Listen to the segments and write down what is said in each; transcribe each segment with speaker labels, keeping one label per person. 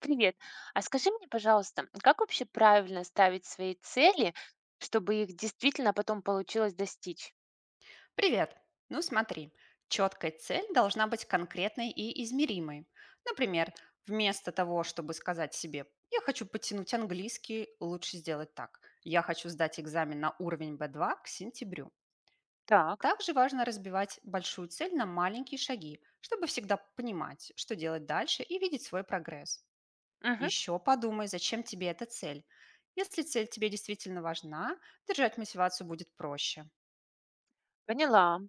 Speaker 1: Привет. А скажи мне, пожалуйста, как вообще правильно ставить свои цели, чтобы их действительно потом получилось достичь?
Speaker 2: Привет! Ну смотри, четкая цель должна быть конкретной и измеримой. Например, вместо того, чтобы сказать себе «я хочу потянуть английский», лучше сделать так. «Я хочу сдать экзамен на уровень B2 к сентябрю».
Speaker 1: Так.
Speaker 2: Также важно разбивать большую цель на маленькие шаги, чтобы всегда понимать, что делать дальше и видеть свой прогресс.
Speaker 1: Мгм.
Speaker 2: Еще подумай, зачем тебе эта цель. Если цель тебе действительно важна, держать мотивацию будет проще.
Speaker 1: Поняла.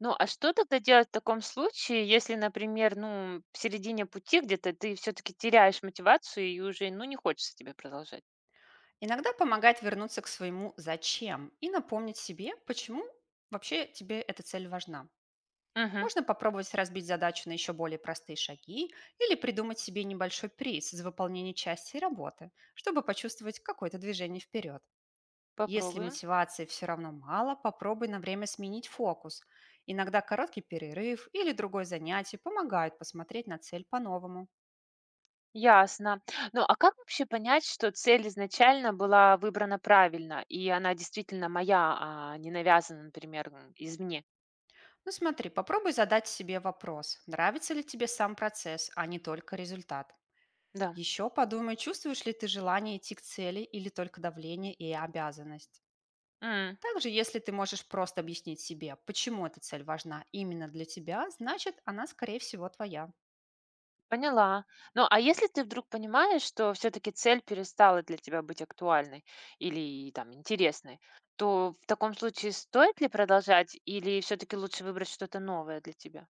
Speaker 1: Ну, а что тогда делать в таком случае, если, например, ну, в середине пути где-то ты все-таки теряешь мотивацию и уже, ну, не хочется тебе продолжать?
Speaker 2: Иногда помогает вернуться к своему «зачем» и напомнить себе, почему вообще тебе эта цель важна.
Speaker 1: Мгм.
Speaker 2: Можно попробовать разбить задачу на еще более простые шаги или придумать себе небольшой приз за выполнение части работы, чтобы почувствовать какое-то движение вперед. Если
Speaker 1: Попробуем.
Speaker 2: мотивации все равно мало, попробуй на время сменить фокус. Иногда короткий перерыв или другое занятие помогают посмотреть на цель по-новому.
Speaker 1: Ясно. Ну, а как вообще понять, что цель изначально была выбрана правильно, и она действительно моя, а не навязана, например, извне?
Speaker 2: Ну смотри, попробуй задать себе вопрос, нравится ли тебе сам процесс, а не только результат. Еще подумай, чувствуешь ли ты желание идти к цели или только давление и обязанность.
Speaker 1: Да.
Speaker 2: Также, если ты можешь просто объяснить себе, почему эта цель важна именно для тебя, значит, она, скорее всего, твоя.
Speaker 1: Поняла. Ну, а если ты вдруг понимаешь, что все-таки цель перестала для тебя быть актуальной или там интересной, то в таком случае стоит ли продолжать или все-таки лучше выбрать что-то новое для тебя?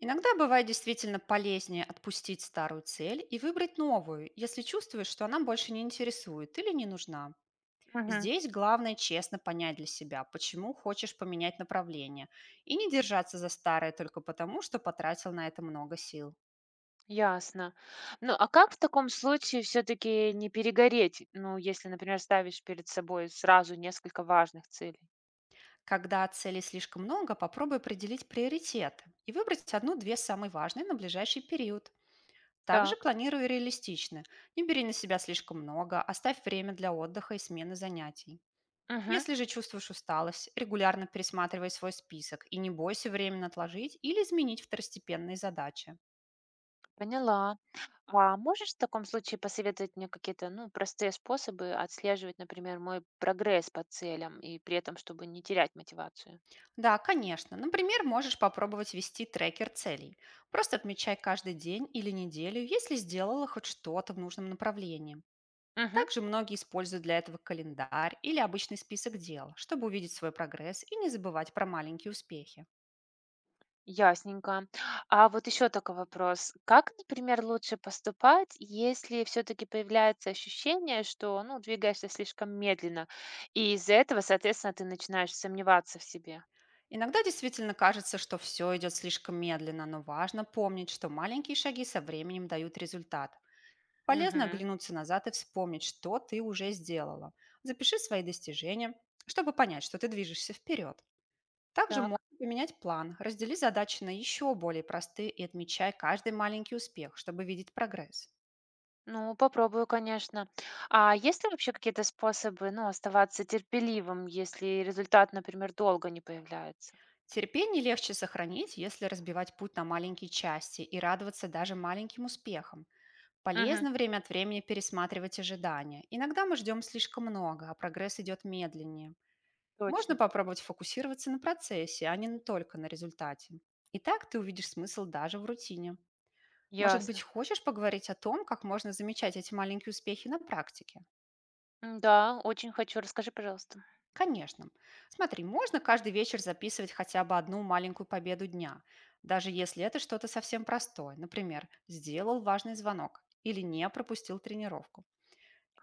Speaker 2: Иногда бывает действительно полезнее отпустить старую цель и выбрать новую, если чувствуешь, что она больше не интересует или не нужна.
Speaker 1: Мгм.
Speaker 2: Здесь главное честно понять для себя, почему хочешь поменять направление, и не держаться за старое только потому, что потратил на это много сил.
Speaker 1: Ясно. Ну, а как в таком случае все-таки не перегореть? Ну, если, например, ставишь перед собой сразу несколько важных целей.
Speaker 2: Когда целей слишком много, попробуй определить приоритеты и выбрать одну-две самые важные на ближайший период. Также
Speaker 1: Так.
Speaker 2: планируй реалистично. Не бери на себя слишком много, оставь время для отдыха и смены занятий.
Speaker 1: Мгм.
Speaker 2: Если же чувствуешь усталость, регулярно пересматривай свой список и не бойся временно отложить или изменить второстепенные задачи.
Speaker 1: Поняла. А можешь в таком случае посоветовать мне какие-то, ну, простые способы отслеживать, например, мой прогресс по целям и при этом, чтобы не терять мотивацию?
Speaker 2: Да, конечно. Например, можешь попробовать вести трекер целей. Просто отмечай каждый день или неделю, если сделала хоть что-то в нужном направлении.
Speaker 1: Мгм.
Speaker 2: Также многие используют для этого календарь или обычный список дел, чтобы увидеть свой прогресс и не забывать про маленькие успехи.
Speaker 1: Ясненько. А вот еще такой вопрос. Как, например, лучше поступать, если все-таки появляется ощущение, что, ну, двигаешься слишком медленно, и из-за этого, соответственно, ты начинаешь сомневаться в себе?
Speaker 2: Иногда действительно кажется, что все идет слишком медленно, но важно помнить, что маленькие шаги со временем дают результат. Полезно
Speaker 1: Угу.
Speaker 2: оглянуться назад и вспомнить, что ты уже сделала. Запиши свои достижения, чтобы понять, что ты движешься вперед. Также можно
Speaker 1: Так.
Speaker 2: поменять план, раздели задачи на еще более простые и отмечай каждый маленький успех, чтобы видеть прогресс.
Speaker 1: Ну, попробую, конечно. А есть ли вообще какие-то способы, ну, оставаться терпеливым, если результат, например, долго не появляется?
Speaker 2: Терпение легче сохранить, если разбивать путь на маленькие части и радоваться даже маленьким успехам.
Speaker 1: Угу.
Speaker 2: Полезно время от времени пересматривать ожидания. Иногда мы ждем слишком много, а прогресс идет медленнее. Можно
Speaker 1: Точно.
Speaker 2: попробовать фокусироваться на процессе, а не только на результате. И так ты увидишь смысл даже в рутине. Может быть,
Speaker 1: Ясно.
Speaker 2: хочешь поговорить о том, как можно замечать эти маленькие успехи на практике?
Speaker 1: Да, очень хочу. Расскажи, пожалуйста.
Speaker 2: Конечно. Смотри, можно каждый вечер записывать хотя бы одну маленькую победу дня, даже если это что-то совсем простое. Например, сделал важный звонок или не пропустил тренировку.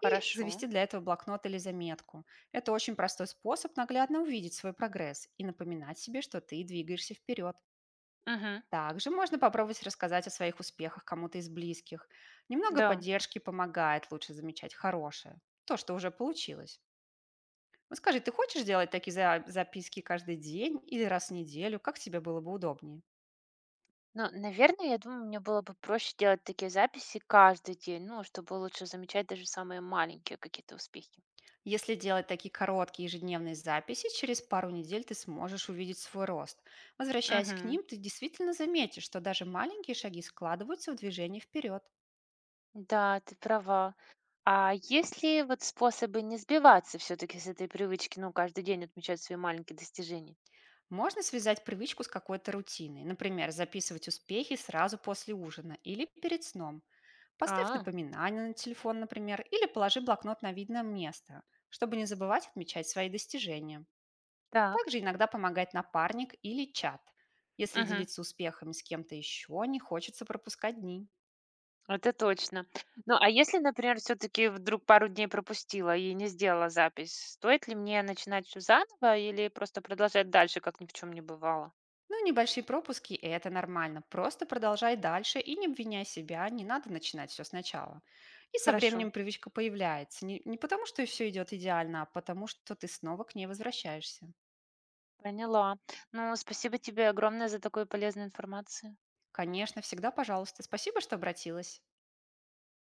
Speaker 2: И завести для этого блокнот или заметку. Это очень простой способ наглядно увидеть свой прогресс и напоминать себе, что ты двигаешься вперед.
Speaker 1: Угу.
Speaker 2: Также можно попробовать рассказать о своих успехах кому-то из близких. Немного
Speaker 1: Да.
Speaker 2: поддержки помогает лучше замечать хорошее, то, что уже получилось. Вот скажи, ты хочешь делать такие записки каждый день или раз в неделю? Как тебе было бы удобнее?
Speaker 1: Ну, наверное, я думаю, мне было бы проще делать такие записи каждый день, ну, чтобы лучше замечать даже самые маленькие какие-то успехи.
Speaker 2: Если делать такие короткие ежедневные записи, через пару недель ты сможешь увидеть свой рост. Возвращаясь к
Speaker 1: Угу.
Speaker 2: ним, ты действительно заметишь, что даже маленькие шаги складываются в движение вперед.
Speaker 1: Да, ты права. А есть ли вот способы не сбиваться все-таки с этой привычки, ну, каждый день отмечать свои маленькие достижения?
Speaker 2: Можно связать привычку с какой-то рутиной, например, записывать успехи сразу после ужина или перед сном. Поставь
Speaker 1: А.
Speaker 2: напоминание на телефон, например, или положи блокнот на видное место, чтобы не забывать отмечать свои достижения.
Speaker 1: Так.
Speaker 2: Также иногда помогает напарник или чат. Если
Speaker 1: Мгм,
Speaker 2: делиться успехами с кем-то еще, не хочется пропускать дни.
Speaker 1: это точно. Ну, а если, например, все-таки вдруг пару дней пропустила и не сделала запись, стоит ли мне начинать всё заново или просто продолжать дальше, как ни в чем не бывало?
Speaker 2: Ну, небольшие пропуски– это нормально. Просто продолжай дальше и не обвиняй себя, не надо начинать все сначала. И со
Speaker 1: Хорошо,
Speaker 2: временем привычка появляется. Не потому, что все идет идеально, а потому, что ты снова к ней возвращаешься.
Speaker 1: поняла. Ну, спасибо тебе огромное за такую полезную информацию.
Speaker 2: Конечно, всегда пожалуйста. Спасибо, что обратилась.